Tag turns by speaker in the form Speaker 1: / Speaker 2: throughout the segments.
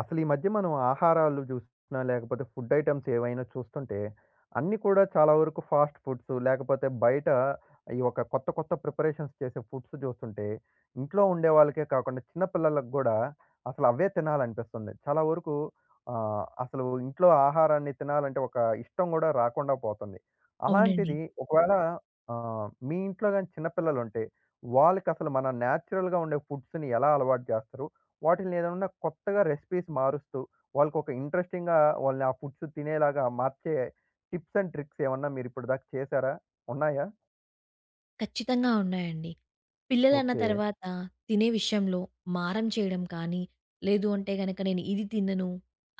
Speaker 1: అసలు ఈ మధ్య మనం ఆహారాలు చూస్తున్నా లేకపోతే ఫుడ్ ఐటెమ్స్ ఏవైనా చూస్తుంటే అన్నీ కూడా చాలా వరకు ఫాస్ట్ ఫుడ్స్ లేకపోతే బయట ఈ ఒక కొత్త కొత్త ప్రిపరేషన్స్ చేసే ఫుడ్స్ చూస్తుంటే ఇంట్లో ఉండే వాళ్ళకే కాకుండా చిన్న పిల్లలకు కూడా అసలు అవే తినాలనిపిస్తుంది చాలా వరకు. ఆ, అసలు ఇంట్లో ఆహారాన్ని తినాలంటే ఒక ఇష్టం కూడా రాకుండా పోతుంది
Speaker 2: అవునండి.
Speaker 1: అలాంటిది. ఒకవేళ ఆ, మీ ఇంట్లో కానీ చిన్నపిల్లలు ఉంటే వాళ్ళకి అసలు మన న్యాచురల్గా ఉండే ఫుడ్స్ని ఎలా అలవాటు చేస్తారు? వాటిల్ని ఏదన్నా కొత్తగా రెసిపీస్ మారుస్తూ, వాళ్ళకొక ఇంట్రెస్టింగ్‌గా వాళ్ళని ఆ ఫుడ్స్ తినేలాగా మార్చే టిప్స్ అండ్ ట్రిక్స్ ఏమన్నా మీరిప్పటి దాకా చేశారా? ఉన్నాయా?
Speaker 2: ఖచ్చితంగా ఉన్నాయండి. పిల్లలన్న
Speaker 1: ఓకే.
Speaker 2: తర్వాత తినే విషయంలో మారం చేయడం కానీ, లేదు అంటే గనక నేను ఇది తినను,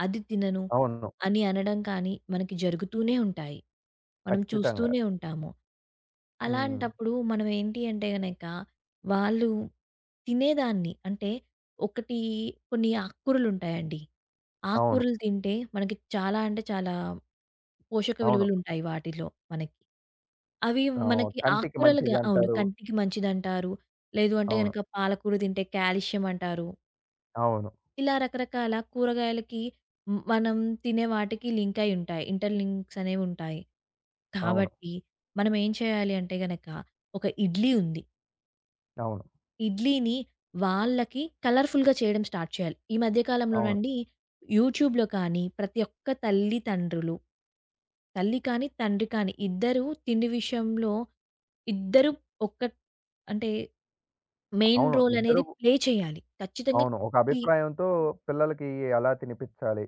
Speaker 2: అది తినను
Speaker 1: అవును.
Speaker 2: అని అనడం కానీ మనకి జరుగుతూనే ఉంటాయి. మనం
Speaker 1: ఖచ్చితంగా.
Speaker 2: చూస్తూనే ఉంటాము.
Speaker 1: హ్మ్.
Speaker 2: అలాంటప్పుడు మనం ఏంటి అంటే గనక వాళ్ళు తినేదాన్ని అంటే ఒకటి కొన్ని ఆకుకూరలుంటాయండి.
Speaker 1: అవును.
Speaker 2: ఆకుకూరలు తింటే మనకి చాలా అంటే చాలా పోషక
Speaker 1: అవును.
Speaker 2: విలువలుంటాయి వాటిలో మనకి. అవి మనకి
Speaker 1: కంటికి
Speaker 2: ఆకుకూరలుగా అవును.
Speaker 1: మంచిదంటారు.
Speaker 2: కంటికి మంచిదంటారు. లేదు అంటే
Speaker 1: అవును.
Speaker 2: గనక పాలకూర తింటే కాల్షియం అంటారు.
Speaker 1: అవును.
Speaker 2: ఇలా రకరకాల కూరగాయలకి మనం తినే వాటికి లింక్ అయి ఉంటాయి. ఇంటర్ లింక్స్ అనేవుంటాయి.
Speaker 1: అవును.
Speaker 2: కాబట్టి మనం ఏం చేయాలి అంటే గనక ఒక ఇడ్లీ ఉంది.
Speaker 1: అవును.
Speaker 2: ఇడ్లీని వాళ్ళకి కలర్‌ఫుల్‌గా చేయడం స్టార్ట్ చేయాలి. ఈ మధ్య
Speaker 1: అవును.
Speaker 2: కాలంలోనండి యూట్యూబ్‌లో కానీ, ప్రతి ఒక్క తల్లి తండ్రులు, తల్లి కానీ, తండ్రి కానీ ఇద్దరూ తిండి విషయంలో ఇద్దరు ఒక్క అంటే మెయిన్
Speaker 1: అవును.
Speaker 2: రోల్ అనేది
Speaker 1: ఇద్దరు
Speaker 2: ప్లే చేయాలి. ఖచ్చితంగా
Speaker 1: అవును. ఒక
Speaker 2: కి
Speaker 1: అభిప్రాయంతో పిల్లలకి ఎలా తినిపిచ్చాలి?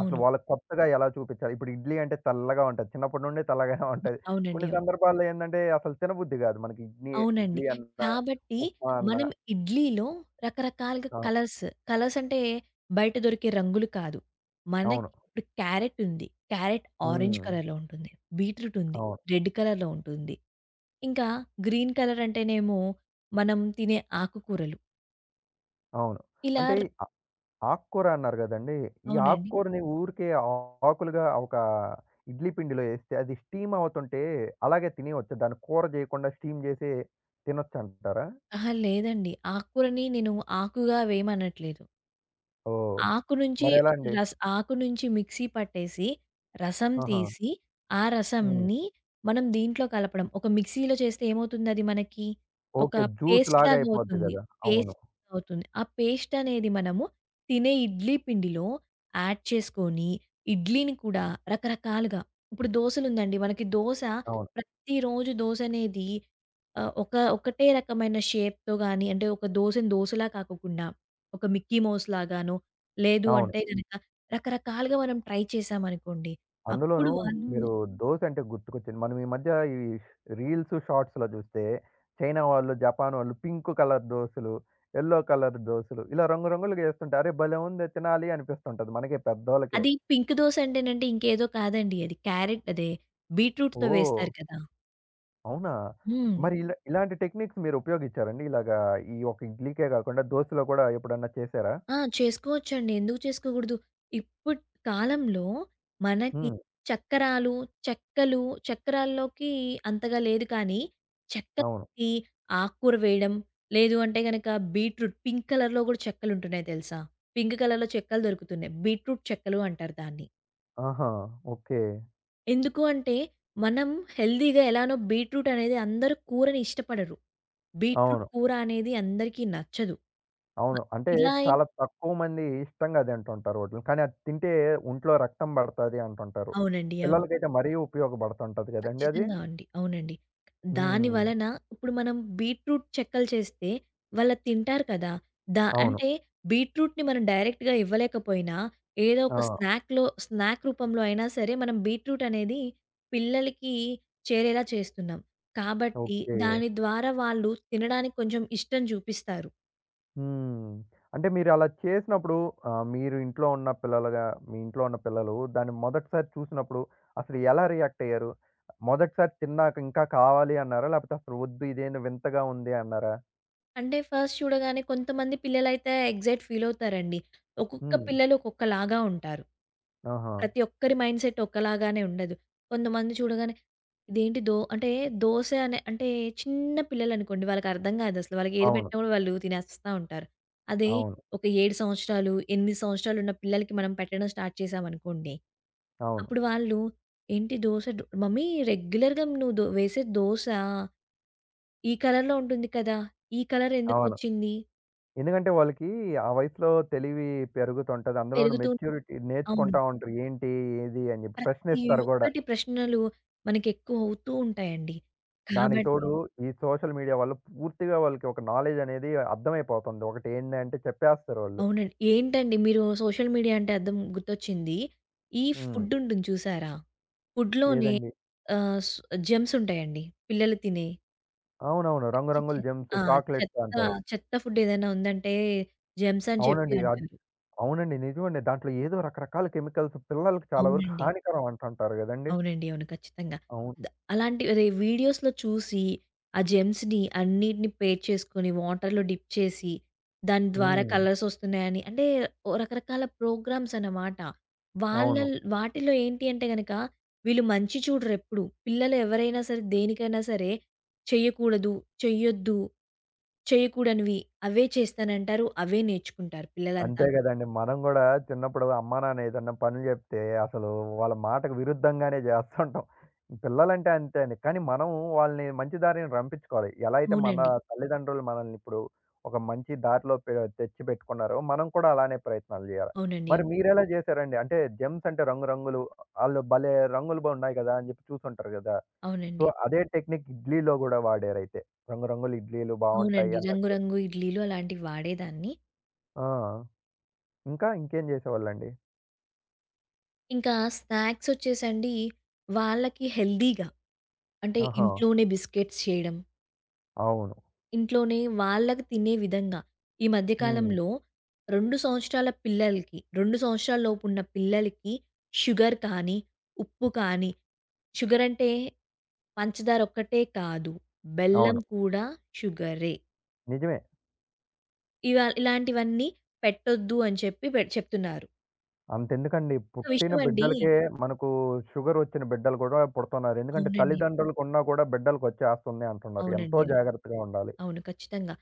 Speaker 1: అసలు వాళ్ళకి కొత్తగా ఎలా చూపిచ్చాలి? ఇప్పుడు ఇడ్లీ అంటే చల్లగా ఉంటది. చిన్నప్పటి నుండి చల్లగానే
Speaker 2: హ్మ్.
Speaker 1: ఉంటది.
Speaker 2: అవునండి.
Speaker 1: కొన్ని
Speaker 2: అవును.
Speaker 1: సందర్భాల్లో ఏందంటే అసలు తినబుద్ధి గాదు. మనకి ఇడ్లీ
Speaker 2: అవునండి.
Speaker 1: ఇడ్లీ అన్నా,
Speaker 2: కాబట్టి
Speaker 1: ఉప్మా అన్నా.
Speaker 2: మనం ఇడ్లీలో రకరకాలుగా
Speaker 1: ఆ!
Speaker 2: కలర్స్, కలర్స్ అంటే బయట దొరికే రంగులు కాదు. మనకి
Speaker 1: అవును.
Speaker 2: ఇప్పుడు క్యారెట్ ఉంది. క్యారెట్ ఆరెంజ్
Speaker 1: హ్మ్.
Speaker 2: కలర్‌లో ఉంటుంది. బీట్రూట్ ఉంది.
Speaker 1: అవును.
Speaker 2: రెడ్ కలర్‌లో ఉంటుంది. ఇంకా గ్రీన్ కలర్ అంటేనేమో మనం తినే ఆకుకూరలు.
Speaker 1: అవును.
Speaker 2: ఇలా
Speaker 1: అంటే
Speaker 2: ర్
Speaker 1: ఈ ఆకుకూర అన్నారు గదండీ! ఈ
Speaker 2: అవునండి.
Speaker 1: ఆకుకూరని ఊరికే ఆకులుగా ఒక ఇడ్లీ పిండిలో ఏస్తే అది స్టీమ్ అవుతుంటే అలాగే తినేయొచ్చా? దాన్ని కూర జేయకుండా స్టీమ్ జేసి తినొచ్చంటారా?
Speaker 2: అహా! లేదండి. ఆకుకూరని నేను ఆకుగా వేయమనట్లేదు.
Speaker 1: ఓహ్! మరెలా అండి?
Speaker 2: ఆకు నుంచి మిక్సీ పట్టేసి, రసం
Speaker 1: ఆహా!
Speaker 2: తీసి, ఆ
Speaker 1: హ్మ్.
Speaker 2: రసంని మనం దీంట్లో కలపడం. ఒక మిక్సీలో చేస్తే ఏమవుతుందది మనకి? ఒక
Speaker 1: ఓకే. జ్యూస్‌లాగా
Speaker 2: పేస్ట్‌లాగా
Speaker 1: అయిపోద్ది
Speaker 2: అవుతుంది.
Speaker 1: గదా! అవును.
Speaker 2: పేస్ట్ అవుతుంది. ఆ పేస్ట్ అనేది మనము తినే ఇడ్లీ పిండిలో యాడ్ చేసుకొని, ఇడ్లీని కూడా రకరకాలుగా ఇప్పుడు దోసలుందండి. మనకి దోస
Speaker 1: అవును.
Speaker 2: ప్రతిరోజు దోసనేది ఒకటే రకమైన షేప్‌తో గాని, అంటే ఒక దోసని దోసలా కాకోకుండా, ఒక మిక్కీ మౌస్ లాగానో లేదు
Speaker 1: అవును.
Speaker 2: అంటే గనక రకరకాలుగా మనం ట్రై చేశామనుకోండి, అప్పుడు
Speaker 1: అందులోనూ
Speaker 2: వాళ్ళు హ్మ్.
Speaker 1: మీరు దోస అంటే గుర్తుకొచ్చింది. మనం ఈ మధ్య ఈ రీల్స్, షార్ట్స్‌లో జూస్తే చైనా వాళ్ళు, జపాన్ వాళ్ళు పింక్ కలర్ దోసలు, యెల్లో కలర్ దోసలు ఇలా రంగురంగులుగా యేస్తుంటే అరే భలే ఉంది తినాలి అనిపిస్తుంటది మనకే పెద్దోళ్ళకే.
Speaker 2: అది పింక్ దోస అంటేనండి ఇంకేదో కాదండి అది. క్యారెట్ అదే బీట్రూట్‌తో
Speaker 1: ఓహ్!
Speaker 2: వేస్తారు కదా!
Speaker 1: అవునా?
Speaker 2: హ్మ్.
Speaker 1: మరి ఇలా ఇలాంటి టెక్నిక్స్ మీరు ఉపయోగించారండి? ఇలాగా ఈ ఒక ఇడ్లీకే గాకుండా దోసలో కూడా ఎప్పుడన్నా చేసారా?
Speaker 2: ఆ! చేసుకోవచ్చండి. ఎందుకు చేసుకోకూడదు? ఇప్పుడు కాలంలో మనకి
Speaker 1: హ్మ్.
Speaker 2: చక్కరాలు, చెక్కలు చక్కరాల్లోకి అంతగా లేదు కానీ,
Speaker 1: అవును.
Speaker 2: చెక్కకి ఆకుకూర వేయడం, లేదు అంటే గనక బీట్రూట్ పింక్ కలర్‌లో గూడా చెక్కలుంటున్నాయి తెలుసా? పింక్ కలర్‌లో చెక్కలు దొరుకుతున్నాయి. బీట్రూట్ చెక్కలు అంటారు దాన్ని.
Speaker 1: ఆహా! ఓకే.
Speaker 2: ఎందుకు అంటే, మనం హెల్తీగా ఎలానో బీట్రూట్ అనేది అందరూ కూరని ఇష్టపడరు. బీట్రూట్
Speaker 1: అవును.
Speaker 2: కూర అనేది అందరికీ నచ్చదు. మ
Speaker 1: అవును. అంటే
Speaker 2: ఇలా అయిన
Speaker 1: చాలా తక్కువ మంది ఇష్టంగా తింటుంటారు ఓటిలిని. కానీ అది తింటే ఒంట్లో రక్తం పడతది అంటుంటారు.
Speaker 2: అవునండి. అవును.
Speaker 1: పిల్లలకైతే మరీ ఉపయోగపడుతుంటది గదండీ అది.
Speaker 2: ఖచ్చితంగా అండి. అవునండి. దాని
Speaker 1: హ్మ్.
Speaker 2: వలన ఇప్పుడు మనం బీట్రూట్ చెక్కలు చేస్తే వాళ్ళు అది తింటారు కదా!
Speaker 1: అవును.
Speaker 2: అంటే బీట్రూట్‌ని మనం డైరెక్ట్‌గా ఇవ్వలేకపోయినా ఏదో
Speaker 1: ఆ!
Speaker 2: ఒక స్నాక్‌లో స్నాక్ రూపంలో అయినా సరే మనం బీట్రూట్ అనేది పిల్లలకి చేరేలా చేస్తున్నాం. కాబట్టి
Speaker 1: ఓకే.
Speaker 2: దాని ద్వారా వాళ్ళు తినడానికి కొంచెం ఇష్టం చూపిస్తారు.
Speaker 1: హ్మ్. అంటే మీరు అలా చేసినప్పుడు మీరు ఇంట్లో ఉన్న పిల్లలుగా మీ ఇంట్లో ఉన్న పిల్లలు దాన్ని మొదటిసారి చూసినప్పుడు అసలు ఎలా రియాక్ట్ అయ్యారు? మొదటిసారి తిన్నాక ఇంకా కావాలి అన్నారా? లేపోతే అసలు వద్దు ఇదేందో వింతగా ఉంది అన్నారా?
Speaker 2: అంటే ఫస్ట్ చూడగానే కొంతమంది పిల్లలైతే ఎగ్జైట్ ఫీలవుతారండి. ఒక్కొక్క
Speaker 1: హ్మ్.
Speaker 2: పిల్లలు ఒక్కొక్కలాగా ఉంటారు.
Speaker 1: ఆహా!
Speaker 2: ప్రతి ఒక్కరి మైండ్‌సెట్ ఒకలాగానే ఉండదు. కొంతమంది చూడగానే ఇదేంటి దో అంటే దోస అనే అంటే చిన్న పిల్లలనుకోండి వాళ్ళకర్థం కాదసలు. వాళ్ళకి ఏది
Speaker 1: అవును.
Speaker 2: పెట్టినా కూడా వాళ్ళు తినేస్తా ఉంటారు. అదే
Speaker 1: అవును.
Speaker 2: ఒక 7 సంవత్సరాలు, 8 సంవత్సరాలున్న పిల్లలకి మనం పెట్టడం స్టార్ట్ చేశామనుకోండి.
Speaker 1: అవును.
Speaker 2: అప్పుడు వాళ్ళు ఏంటి దోస మమ్మీ రెగ్యులర్‌గా నువ్వు వేసే దోస ఈ కలర్‌లో ఉంటుంది కదా! ఈ కలర్
Speaker 1: అవును.
Speaker 2: ఎందుకొచ్చింది?
Speaker 1: ఎందుకంటే వాళ్ళకి ఆ వయసులో తెలివి పెరుగుతుంటది. అందులోను
Speaker 2: పెరుగుతూ
Speaker 1: మెచ్యూరిటీ
Speaker 2: అవును.
Speaker 1: నేర్చుకుంటా ఉంటారు. ఏంటి? ఏది? అని చెప్పి
Speaker 2: ప్రతి
Speaker 1: ప్రశ్నిస్తారు గూడా.
Speaker 2: ఒక్కటి ప్రశ్నలు మనకెక్కువ అవుతూ ఉంటాయండి.
Speaker 1: దానికి
Speaker 2: కాబట్టి
Speaker 1: తోడు అవును. ఈ సోషల్ మీడియా వల్ల పూర్తిగా వాళ్ళకి ఒక నాలెడ్జ్ అనేది అర్థమైపోతుంది. ఒకటి ఏందంటే చెప్పేస్తారు వాళ్ళు.
Speaker 2: అవునండి. ఏంటండి మీరు సోషల్ మీడియా అంటే అద్దం గుర్తొచ్చింది. ఈ
Speaker 1: హ్మ్.
Speaker 2: ఫుడ్ ఉంటుంది చూసారా? ఫుడ్‌లోనే
Speaker 1: ఏదండి?
Speaker 2: ఆహ్, స్ జెమ్స్ ఉంటాయండి. పిల్లలు తినే
Speaker 1: అవునవును.
Speaker 2: పిచ్చి
Speaker 1: రంగురంగుల
Speaker 2: చె
Speaker 1: జెమ్స్,
Speaker 2: ఆ!
Speaker 1: చాక్లెట్స్
Speaker 2: చెత్త
Speaker 1: అంటారు.
Speaker 2: చెత్త ఫుడ్ ఏదైనా ఉందంటే జెమ్స్ అని చెప్పి
Speaker 1: అవునండి. అది
Speaker 2: అంటారు.
Speaker 1: అవునండి. నిజమండి. దాంట్లో ఏదో రకరకాల కెమికల్స్ పిల్లలకి చాలా వరకు
Speaker 2: అవునండి.
Speaker 1: హానికరం అంటుంటారు గదండీ!
Speaker 2: అవునండి. అవును. ఖచ్చితంగా.
Speaker 1: అవును.
Speaker 2: ద అలాంటి అదే వీడియోస్‌లో చూసి, ఆ జెమ్స్‌ని అన్నిటిని పేర్ చేసుకొని, వాటర్‌లో డిప్ చేసి, దాని ద్వారా
Speaker 1: హ్మ్.
Speaker 2: కలర్స్ వస్తున్నాయని అంటే ఓ రకరకాల ప్రోగ్రామ్స్ అన్నమాట.
Speaker 1: అవును.
Speaker 2: వాటిలో ఏంటి అంటే గనక, వీళ్ళు మంచి చూడరెప్పుడు. పిల్లలు ఎవరైనా సరే, దేనికైనా సరే చెయ్యకూడదు, చెయ్యొద్దు, చెయ్యకూడనివి అవే చేస్తానంటారు. అవే నేర్చుకుంటారు పిల్లలంతా
Speaker 1: అంతే
Speaker 2: కూడా.
Speaker 1: గదండీ. మనం గూడా చిన్నప్పుడు అమ్మా, నాన్న ఏదన్నా పనులు జెప్తే అసలు వాళ్ళ మాటకు విరుద్ధంగానే జేస్తుంటాం. పిల్లలంటే అంతే అండి. కానీ మనం వాళ్ళని మంచి దారిని రంపించుకోవాలి. ఎలా అయితే మన
Speaker 2: అవునండి.
Speaker 1: తల్లిదండ్రులు మనల్ని ఇప్పుడు ఒక మంచి దారిలో తెచ్చి పెట్టుకున్నారో మనం కూడా అలానే ప్రయత్నాలు జేయాలి.
Speaker 2: అవునండి.
Speaker 1: మరి
Speaker 2: అవును.
Speaker 1: మీరెలా జేశారండి? అంటే జెమ్స్ అంటే రంగురంగులు ఆళ్ళు భలే రంగులు బావున్నాయి గదా! అని జెప్పి చూసుంటారు గదా! సో,
Speaker 2: అవునండి.
Speaker 1: అదే టెక్నిక్ ఇడ్లీలో గూడా వాడారైతే. రంగురంగుల ఇడ్లీలు బావుంటాయి
Speaker 2: అవునండి. రంగు
Speaker 1: అన్నట్టు.
Speaker 2: రంగు ఇడ్లీలు అలాంటివి వాడేదాన్ని.
Speaker 1: ఆ! ఇంకా ఇంకేం జేసేవాళ్ళండి?
Speaker 2: ఇంకా స్నాక్సొచ్చేసండి, వాళ్ళకి హెల్తీగా అంటే
Speaker 1: ఆహా!
Speaker 2: ఇంట్లోనే బిస్కెట్స్ చేయడం,
Speaker 1: అవును.
Speaker 2: ఇంట్లోనే వాళ్ళకి తినే విధంగా. ఈ మధ్య
Speaker 1: హ్మ్.
Speaker 2: కాలంలో 2 సంవత్సరాల పిల్లలకి, 2 సంవత్సరాల లోపున్న పిల్లలకి షుగర్ కానీ, ఉప్పు కానీ షుగరంటే పంచదార ఒక్కటే కాదు. బెల్లం
Speaker 1: అవును.
Speaker 2: కూడా షుగరే.
Speaker 1: నిజమే.
Speaker 2: ఇలాంటివన్నీ పెట్టొద్దు అని చెప్పి చెప్తున్నారు.
Speaker 1: అంతెందుకండి
Speaker 2: ఒక
Speaker 1: పుట్టిన
Speaker 2: విషయమండి
Speaker 1: బిడ్డలకే మనకు షుగరొచ్చిన బిడ్డలు కూడా పుడుతున్నారు. ఎందుకంటే
Speaker 2: అవునండి.
Speaker 1: తల్లిదండ్రులకున్నా కూడా బిడ్డలకొచ్చేస్తుంది అంటున్నారు. ఎంతో
Speaker 2: అవునండి.
Speaker 1: జాగ్రత్తగా ఉండాలి.
Speaker 2: అవును. ఖచ్చితంగా.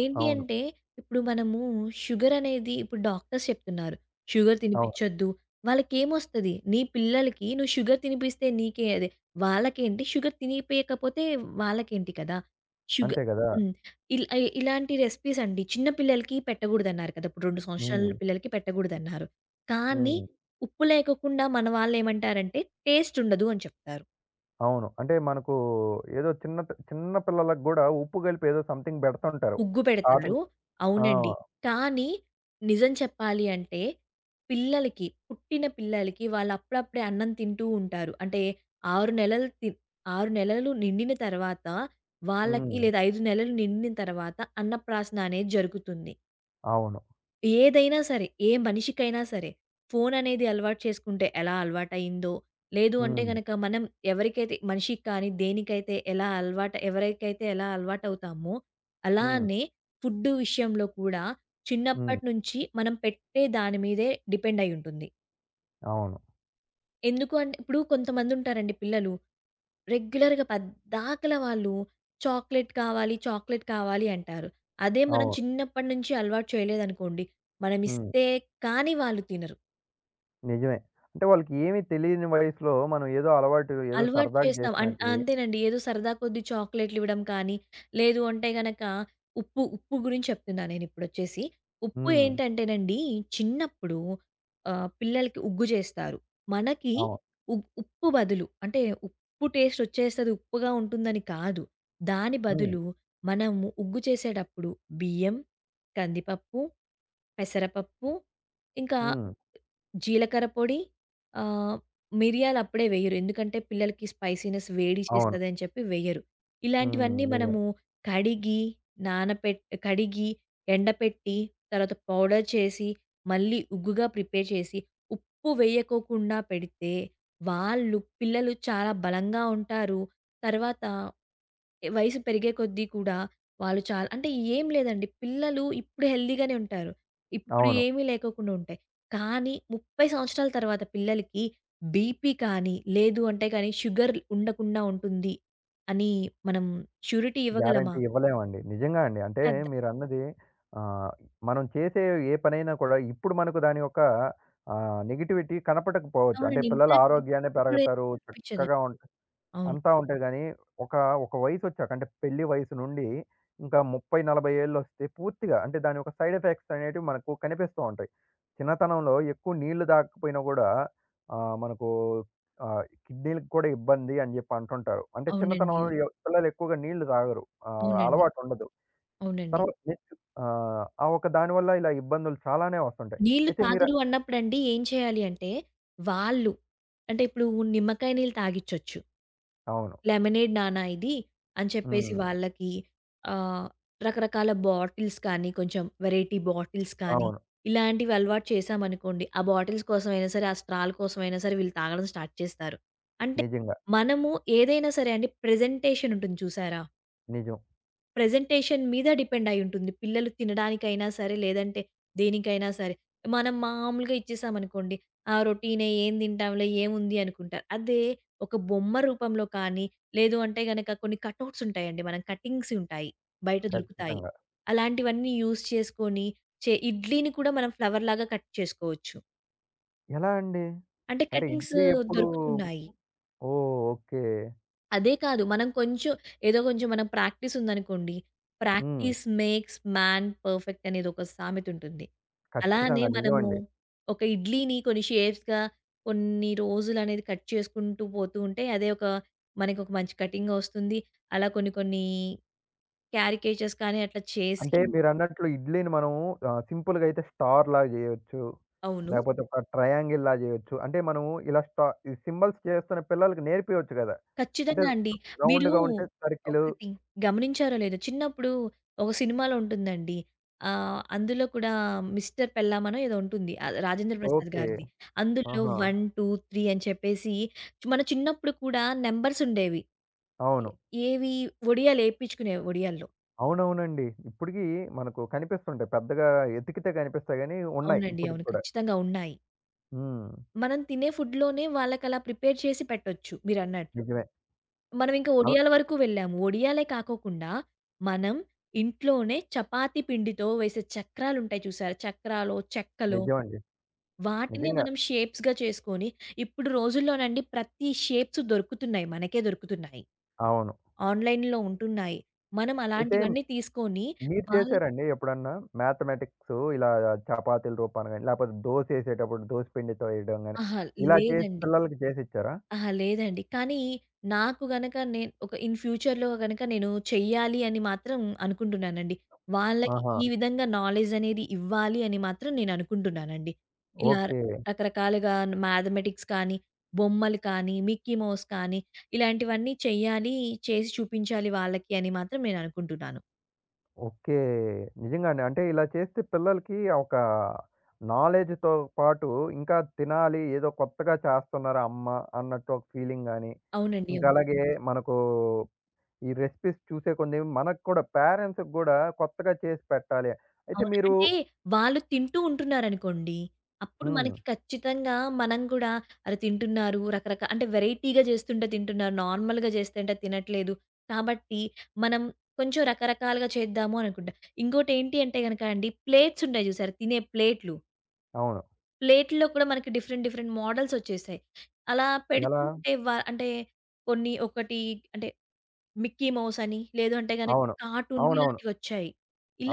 Speaker 2: ఏంటి
Speaker 1: అవును.
Speaker 2: అంటే, ఇప్పుడు మనము షుగరనేది ఇప్పుడు డాక్టర్స్ చెప్తున్నారు. షుగర్
Speaker 1: అవును.
Speaker 2: తినిపిచ్చొద్దు. వాళ్ళకేమొస్తది? నీ పిల్లలకి నువ్వు షుగర్ తినిపిస్తే నీకే అదే వాళ్ళకేంటి? షుగర్ తినిపియకపోతే వాళ్ళకేంటి కదా! షుగ
Speaker 1: అంతే గదా!
Speaker 2: హ్మ్. ఇలాంటి రెసిపీస్ అండి. చిన్న పిల్లలకి పెట్టగూడదన్నారు కదా! ఇప్పుడు 2
Speaker 1: హ్మ్.
Speaker 2: సంవత్సరాల పిల్లలకి పెట్టగూడదన్నారు. కానీ,
Speaker 1: హ్మ్.
Speaker 2: ఉప్పు లేకోకుండా మన వాళ్ళేమంటారంటే, టేస్టుండదు అని చెప్తారు.
Speaker 1: అవును. అంటే మనకు ఏదో చిన్న పిల్లలకి గూడా ఉప్పు కలిపి ఏదో సంథింగ్ బెడుతుంటారు.
Speaker 2: ముగ్గు పెడతారు.
Speaker 1: స్టార్టింగ్ ఆ!
Speaker 2: అవునండి. కానీ నిజం చెప్పాలి అంటే పిల్లలకి, పుట్టిన పిల్లలకి వాళ్ళప్పుడప్పుడే అన్నం తింటూ ఉంటారు. అంటే 6 నెలలు తి 6 నెలలు నిండిన తర్వాత వాళ్ళకి
Speaker 1: హ్మ్.
Speaker 2: లేదా 5 నెలలు నిండిన తర్వాత అన్నప్రాసన అనేది జరుగుతుంది.
Speaker 1: అవును.
Speaker 2: ఏదైనా సరే, ఏ మనిషికైనా సరే, ఫోననేది అలవాటు చేసుకుంటే ఎలా అలవాటయిందో, లేదు అంటే
Speaker 1: హ్మ్.
Speaker 2: గనక మనం ఎవరికైతే మనిషికి కానీ, దేనికైతే ఎలా అలవాటు ఎవరికైతే ఎలా అలవాటవుతామో,
Speaker 1: హ్మ్.
Speaker 2: అలానే ఫుడ్డు విషయంలో కూడా
Speaker 1: హ్మ్.
Speaker 2: చిన్నప్పటి నుంచి మనం పెట్టే దాని మీదే డిపెండయ్యుంటుంది.
Speaker 1: అవును.
Speaker 2: ఎందుకు అంటే ఇప్పుడు కొంతమందుంటారండి పిల్లలు రెగ్యులర్‌గా పద్దాకల వాళ్ళు చాక్లెట్ కావాలి, చాక్లెట్ కావాలి అంటారు. అదే మనం
Speaker 1: అవును.
Speaker 2: చిన్నప్పటి నుంచి అలవాటు చేయలేదనుకోండి,
Speaker 1: హ్మ్.
Speaker 2: మనమిస్తే కానీ వాళ్ళు తినరు.
Speaker 1: నిజమే. అంటే వాళ్ళకి ఏమి తెలియని వయసులో మనం ఏదో అలవాటు ఏదో
Speaker 2: అలవాటు
Speaker 1: సరదాగా
Speaker 2: చేస్తాం.
Speaker 1: చేసినటివి.
Speaker 2: అంతేనండి. ఏదో సరదా కొద్దీ చాక్లేట్‌లివ్వడం కానీ, లేదు అంటే గనక ఉప్పు గురించి చెప్తున్నా నేనిప్పుడొచ్చేసి. ఉప్పు
Speaker 1: హ్మ్.
Speaker 2: ఏంటంటేనండి, చిన్నప్పుడు పిల్లలకి ఉగ్గు చేస్తారు. మనకి
Speaker 1: అవును.
Speaker 2: ఉ ఉప్పు బదులు అంటే ఉప్పు టేస్టొచ్చేస్తది, ఉప్పుగా ఉంటుందని కాదు. దాని
Speaker 1: హ్మ్.
Speaker 2: బదులు మనము ఉగ్గు చేసేటప్పుడు బియ్యం, కందిపప్పు, పెసరపప్పు, ఇంకా
Speaker 1: హ్మ్.
Speaker 2: జీలకర్ర పొడి, ఆహ్, మిరియాలు అప్పుడే వెయ్యరు. ఎందుకంటే పిల్లలకి స్పైసీనెస్ వేడి
Speaker 1: అవును.
Speaker 2: చేస్తదని చెప్పి వెయ్యరు.
Speaker 1: హ్మ్.
Speaker 2: ఇలాంటివన్నీ
Speaker 1: నిజమే.
Speaker 2: మనము కడిగి, నానపెట్ కడిగి, ఎండపెట్టి, తర్వాత పౌడర్ చేసి, మళ్ళీ ఉగ్గుగా ప్రిపేర్ చేసి, ఉప్పు వేయకోకుండా పెడితే, వాళ్ళు పిల్లలు చాలా బలంగా ఉంటారు. తర్వాత వయసు పెరిగే కొద్దీ కూడా వాళ్ళు చాలా అంటే ఏం లేదండి. పిల్లలు ఇప్పుడు హెల్తీగానే ఉంటారు. ఇప్పుడు
Speaker 1: అవును.
Speaker 2: ఏమీ లేకోకుండా ఉంటాయి. కానీ 30 సంవత్సరాల తర్వాత పిల్లలకి బీపీ కానీ, లేదు అంటే కానీ షుగర్ ఉండకుండా ఉంటుంది అని మనం ష్యూరిటీ ఇవ్వగలమా?
Speaker 1: గ్యారంటీ ఇవ్వలేమండి. నిజంగా అండి. అంటే
Speaker 2: పెద్ద
Speaker 1: మీరన్నది ఆహ్, మనం చేసే ఏ పనైనా కూడా ఇప్పుడు మనకు దాని యొక్క నెగటివిటీ కనపడకపోవచ్చు. అంటే
Speaker 2: అవునండి.
Speaker 1: పిల్లల
Speaker 2: ఇంపాక్ట్
Speaker 1: ఆరోగ్యాన్ని
Speaker 2: ఇప్పుడే
Speaker 1: పెరగతారు,
Speaker 2: కనిపించదండి.
Speaker 1: చక్కగా ఉంటారు.
Speaker 2: అవును.
Speaker 1: అంతా ఉంటాయి గానీ, ఒక, ఒక వయసొచ్చాక అంటే పెళ్లి వయసు నుండి ఇంకా 30, 40 ఏళ్లొస్తే పూర్తిగా అంటే దాని యొక్క సైడ్ ఎఫెక్ట్స్ అనేటివి మనకు కనిపిస్తూ ఉంటాయి. చిన్నతనంలో ఎక్కువ నీళ్లు తాగకపోయినా గూడా మనకు కిడ్నీ‌లకి కూడా ఇబ్బంది అని జెప్పి అంటుంటారు. అంటే
Speaker 2: అవునండి.
Speaker 1: చిన్నతనంలో
Speaker 2: అవును.
Speaker 1: అవును. ఎ పిల్లలు ఎక్కువగా నీళ్లు తాగరు.
Speaker 2: అవునండి.
Speaker 1: అలవాటుండదు.
Speaker 2: అవునండి.
Speaker 1: తర్వాత నెక్స్ట్ ఆ ఒక దాని వల్ల ఇలా ఇబ్బందులు చాలానే వస్తుంటాయి.
Speaker 2: నీళ్లు
Speaker 1: అయితే మీరు
Speaker 2: తాగరు అన్నప్పుడండి ఏం చేయాలి అంటే, వాళ్ళు అంటే ఇప్పుడు నిమ్మకాయ నీళ్ళు తాగిచ్చొచ్చు.
Speaker 1: అవును.
Speaker 2: లెమనేడ్ నానా ఇది అని చెప్పేసి
Speaker 1: హ్మ్.
Speaker 2: వాళ్ళకి ఆహ్, రకరకాల బాటిల్స్ కానీ, కొంచెం వెరైటీ బాటిల్స్ కానీ,
Speaker 1: అవును.
Speaker 2: ఇలాంటివి అలవాటు చేశామనుకోండి. ఆ బాటిల్స్ కోసమైనా సరే, ఆ స్ట్రాల కోసమైనా సరే వీళ్ళు తాగడం స్టార్ట్ చేస్తారు. అంటే
Speaker 1: నిజంగా.
Speaker 2: మనము ఏదైనా సరే అండి ప్రెజెంటేషన్ ఉంటుంది చూసారా?
Speaker 1: నిజం.
Speaker 2: ప్రెజెంటేషన్ మీద డిపెండ్ అయ్యుంటుంది. పిల్లలు తినడానికైనా సరే, లేదంటే దేనికైనా సరే. మనం మామూలుగా ఇచ్చేసామనుకోండి, ఆ! రొటీనే ఏం తింటాంలే ఏముంది అనుకుంటారు. అదే ఒక బొమ్మ రూపంలో కానీ, లేదు అంటే గనక కొన్ని కటౌట్స్ ఉంటాయండి. మనం కటింగ్స్ ఉంటాయి. బయట దొరుకుతాయి.
Speaker 1: ఖచ్చితంగా.
Speaker 2: అలాంటివన్నీ యూజ్ చేసుకొని, ఇడ్లీని కూడా మనం ఫ్లవర్ లాగా కట్ చేసుకోవచ్చు.
Speaker 1: ఎలా అండి?
Speaker 2: అంటే
Speaker 1: అంటే
Speaker 2: కటింగ్స్
Speaker 1: ఇడ్లీ ఎప్పుడు
Speaker 2: దొరుకుతున్నాయి.
Speaker 1: ఓహ్! ఓకే.
Speaker 2: అదే కాదు. మనం కొంచెం ఏదో కొంచెం మనం ప్రాక్టీస్ ఉందనుకోండి.
Speaker 1: హ్మ్.
Speaker 2: 'ప్రాక్టీస్ మేక్స్ మ్యాన్ పర్ఫెక్ట్' అనేది ఒక సామెతుంటుంది. అలానే
Speaker 1: ఖచ్చితంగా
Speaker 2: మనము
Speaker 1: నిజమండి.
Speaker 2: ఒక ఇడ్లీని కొన్ని షేప్స్‌గా కొన్ని రోజులనేది కట్ చేసుకుంటూ పోతూ ఉంటే అదే ఒక మనకొక మంచి కటింగ్ ఒస్తుంది. అలా కొన్ని కొన్ని క్యారికేచర్స్ కానీ అట్లా చేసి
Speaker 1: అంటే మీరన్నట్లు ఇడ్లీని మనం సింపుల్‌గా అయితే స్టార్‌లా జేయొచ్చు.
Speaker 2: అవును.
Speaker 1: లేకపోతే ఒక ట్రయాంగిల్‌లా జేయొచ్చు. అంటే మనం ఇలా స్టా ఈ సింబల్స్ చేస్తున్న పిల్లలకి నేర్పియొచ్చు గదా! అంటే
Speaker 2: ఖచ్చితంగా అండి. మీరు
Speaker 1: రౌండ్‌గా ఉంటే సర్కిలు.
Speaker 2: ఒకటి గమనించారో లేదో చిన్నప్పుడు ఒక సినిమాలో ఉంటుందండి. అందులో కూడా 'మిస్టర్ పెల్లాం' అనో ఏదో ఉంటుంది. రాజేంద్ర ప్రసాద్
Speaker 1: ఓకే.
Speaker 2: గారిది. అందులో
Speaker 1: ఆహా!
Speaker 2: 1, 2, 3 అని చెప్పేసి మన చిన్నప్పుడు కూడా నంబర్స్ ఉండేవి.
Speaker 1: అవును.
Speaker 2: ఏ- ఏవి ఒడియాలు ఏపించుకునేవి ఒడియాల్లో.
Speaker 1: అవునవునండి. ఇప్పటికి మనకు కనిపిస్తుంటాయి. పెద్దగా ఎతికితే కనిపిస్తాయి గానీ ఉన్నాయి
Speaker 2: అవునండి.
Speaker 1: ఇప్పటికి
Speaker 2: అవును.
Speaker 1: కూడా.
Speaker 2: ఖచ్చితంగా ఉన్నాయి.
Speaker 1: హ్మ్.
Speaker 2: మనం తినే ఫుడ్‌లోనే వాళ్ళకలా ప్రిపేర్ చేసి పెట్టొచ్చు మీరన్నట్లు.
Speaker 1: నిజమే.
Speaker 2: మనం ఇంకా
Speaker 1: అల్
Speaker 2: ఒడియాల వరకు వెళ్ళాము. ఒడియాలే కాకోకుండా మనం ఇంట్లోనే చపాతీ పిండితో వేసే చక్రాలుంటాయి చూసారా? చక్రాలో, చెక్కలో
Speaker 1: నిజమండి.
Speaker 2: వాటిని
Speaker 1: నిజంగా.
Speaker 2: మనం షేప్స్‌గా చేసుకొని ఇప్పుడు రోజుల్లోనండి ప్రతి షేప్స్ దొరుకుతున్నాయి. మనకే దొరుకుతున్నాయి.
Speaker 1: అవును.
Speaker 2: ఆన్‌లైన్‌లో ఉంటున్నాయి. మనం
Speaker 1: అయితే
Speaker 2: అలాంటివన్నీ తీసుకొని
Speaker 1: మీరు
Speaker 2: వాళ్ళ
Speaker 1: చేశారండి ఎప్పుడన్నా? మ్యాథమెటిక్సు ఇలా చపాతీల రూపాన గాని, లేపోతే దోసేసేటప్పుడు దోస పిండితో ఏయడం గాని,
Speaker 2: అహా!
Speaker 1: ఇలా చేసి
Speaker 2: లేదండి.
Speaker 1: పిల్లలకి చేసిచ్చారా?
Speaker 2: అహా! లేదండి. కానీ నాకు గనక నేను ఇన్ ఫ్యూచర్‌లో గనక నేను చెయ్యాలి అని మాత్రం అనుకుంటున్నానండి. వాళ్ళకి
Speaker 1: ఆహా!
Speaker 2: ఈ విధంగా నాలెడ్జ్ అనేది ఇవ్వాలి అని మాత్రం నేను అనుకుంటున్నానండి. ఇలా
Speaker 1: ఓకే.
Speaker 2: రకరకాలుగా మ్యాథమెటిక్స్ కానీ, బొమ్మలు కానీ, మిక్కీ మౌస్ కానీ ఇలాంటివన్నీ చెయ్యాలి, చేసి చూపించాలి వాళ్ళకి అని మాత్రం నేను అనుకుంటున్నాను.
Speaker 1: ఓకే. నిజంగానే. అంటే ఇలా చేస్తే పిల్లలకి ఒక నాలెడ్జ్‌తో పాటు ఇంకా తినాలి, ఏదో కొత్తగా చేస్తున్నారా అమ్మ అన్నట్టు ఒక ఫీలింగ్ గాని,
Speaker 2: అవునండి.
Speaker 1: ఇంకా
Speaker 2: అవును.
Speaker 1: అలాగే మనకు ఈ రెసిపీస్ చూసే కొన్ని మనకు కూడా పేరెంట్స్‌కి గూడా కొత్తగా చేసి పెట్టాలి. అయితే
Speaker 2: అవును.
Speaker 1: మీరు
Speaker 2: అంటే వాళ్ళు తింటూ ఉంటున్నారనుకోండి. అప్పుడు
Speaker 1: హ్మ్.
Speaker 2: మనకి ఖచ్చితంగా మనం కూడా అరె! తింటున్నారు అంటే వెరైటీగా చేస్తుంటే తింటున్నారు. నార్మల్‌గా చేస్తుంటే తినట్లేదు. కాబట్టి మనం కొంచెం రకరకాలుగా చేద్దాము అనుకుంటా. ఇంకోటేంటి అంటే గనక అండి ప్లేట్స్ ఉంటాయి చూసారా? తినే ప్లేట్లు.
Speaker 1: అవును.
Speaker 2: ప్లేట్‌లో కూడా మనకి డిఫరెంట్ డిఫరెంట్ మోడల్స్ వచ్చేసాయి. అలా పెడుతూ
Speaker 1: ఎలా?
Speaker 2: ఉంటే అంటే కొన్ని ఒకటి అంటే మిక్కీ మౌస్ అని, లేదు అంటే గనక
Speaker 1: అవును.
Speaker 2: కార్టూన్‌వి
Speaker 1: అవునవును.
Speaker 2: ఇలాంటివొచ్చాయి.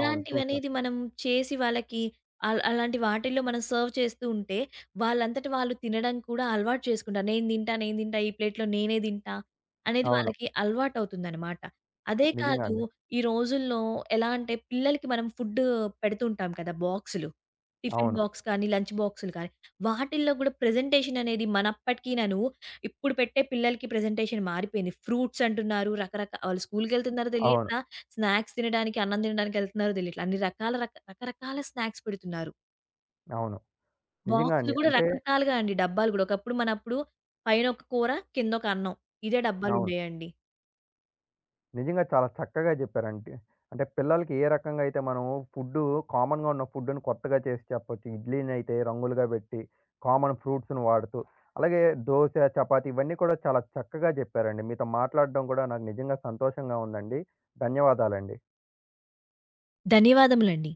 Speaker 1: అవును. చూసాను.
Speaker 2: మనం చేసి వాళ్ళకి అలాంటి వాటిల్లో మనం సర్వ్ చేస్తూ ఉంటే, వాళ్ళంతట వాళ్ళు తినడం కూడా అలవాటు చేసుకుంటారు. నేను తింటా, నేను తింటా, ఈ ప్లేట్‌లో నేనే తింటా అనేది
Speaker 1: అవును.
Speaker 2: వాళ్ళకి అలవాటవుతుందనమాట. అదే
Speaker 1: నిజంగా
Speaker 2: కాదు
Speaker 1: అండి.
Speaker 2: ఈ రోజుల్లో ఎలా అంటే పిల్లలకి మనం ఫుడ్డు పెడుతుంటాం కదా! బాక్సులు. టిఫిన్
Speaker 1: అవును.
Speaker 2: బాక్స్ కానీ, లంచ్ బాక్సులు కానీ, వాటిల్లో కూడా ప్రెజెంటేషన్ అనేది మనప్పటికినను ఇప్పుడు పెట్టే పిల్లలకి ప్రెజెంటేషన్ మారిపోయింది. ఫ్రూట్స్ అంటున్నారు. వాళ్ళు స్కూలుకెళ్తున్నారో
Speaker 1: అవును.
Speaker 2: తెలియట్లా, స్నాక్స్ తినడానికి, అన్నం తినడానికెళ్తున్నారో తెలియట్లా. అన్ని రకాల రకరకాల స్నాక్స్ పెడుతున్నారు.
Speaker 1: అవును. నిజంగా
Speaker 2: బాక్సులు
Speaker 1: అండి.
Speaker 2: గూడా
Speaker 1: అంటే
Speaker 2: రకరకాలుగా అండి డబ్బాలు గూడా. ఒకప్పుడు మనప్పుడు పైన ఒక కూర, కిందొక అన్నం. ఇదే
Speaker 1: అవును.
Speaker 2: డబ్బాలుండేయండి.
Speaker 1: నిజంగా చాలా చక్కగా జెప్పారండి. అంటే పిల్లలకి ఏ రకంగా అయితే మనము ఫుడ్డు కామన్‌గా ఉన్న ఫుడ్‌ని కొత్తగా చేసి చెప్పొచ్చు. ఇడ్లీనైతే రంగులుగా బెట్టి, కామన్ ఫ్రూట్స్‌ని వాడుతూ, అలాగే దోస, చపాతీ ఇవన్నీ కూడా చాలా చక్కగా జెప్పారండి. మీతో మాట్లాడడం గూడా నాకు నిజంగా సంతోషంగా ఉందండి. ధన్యవాదాలండి.
Speaker 2: ధన్యవాదములండి.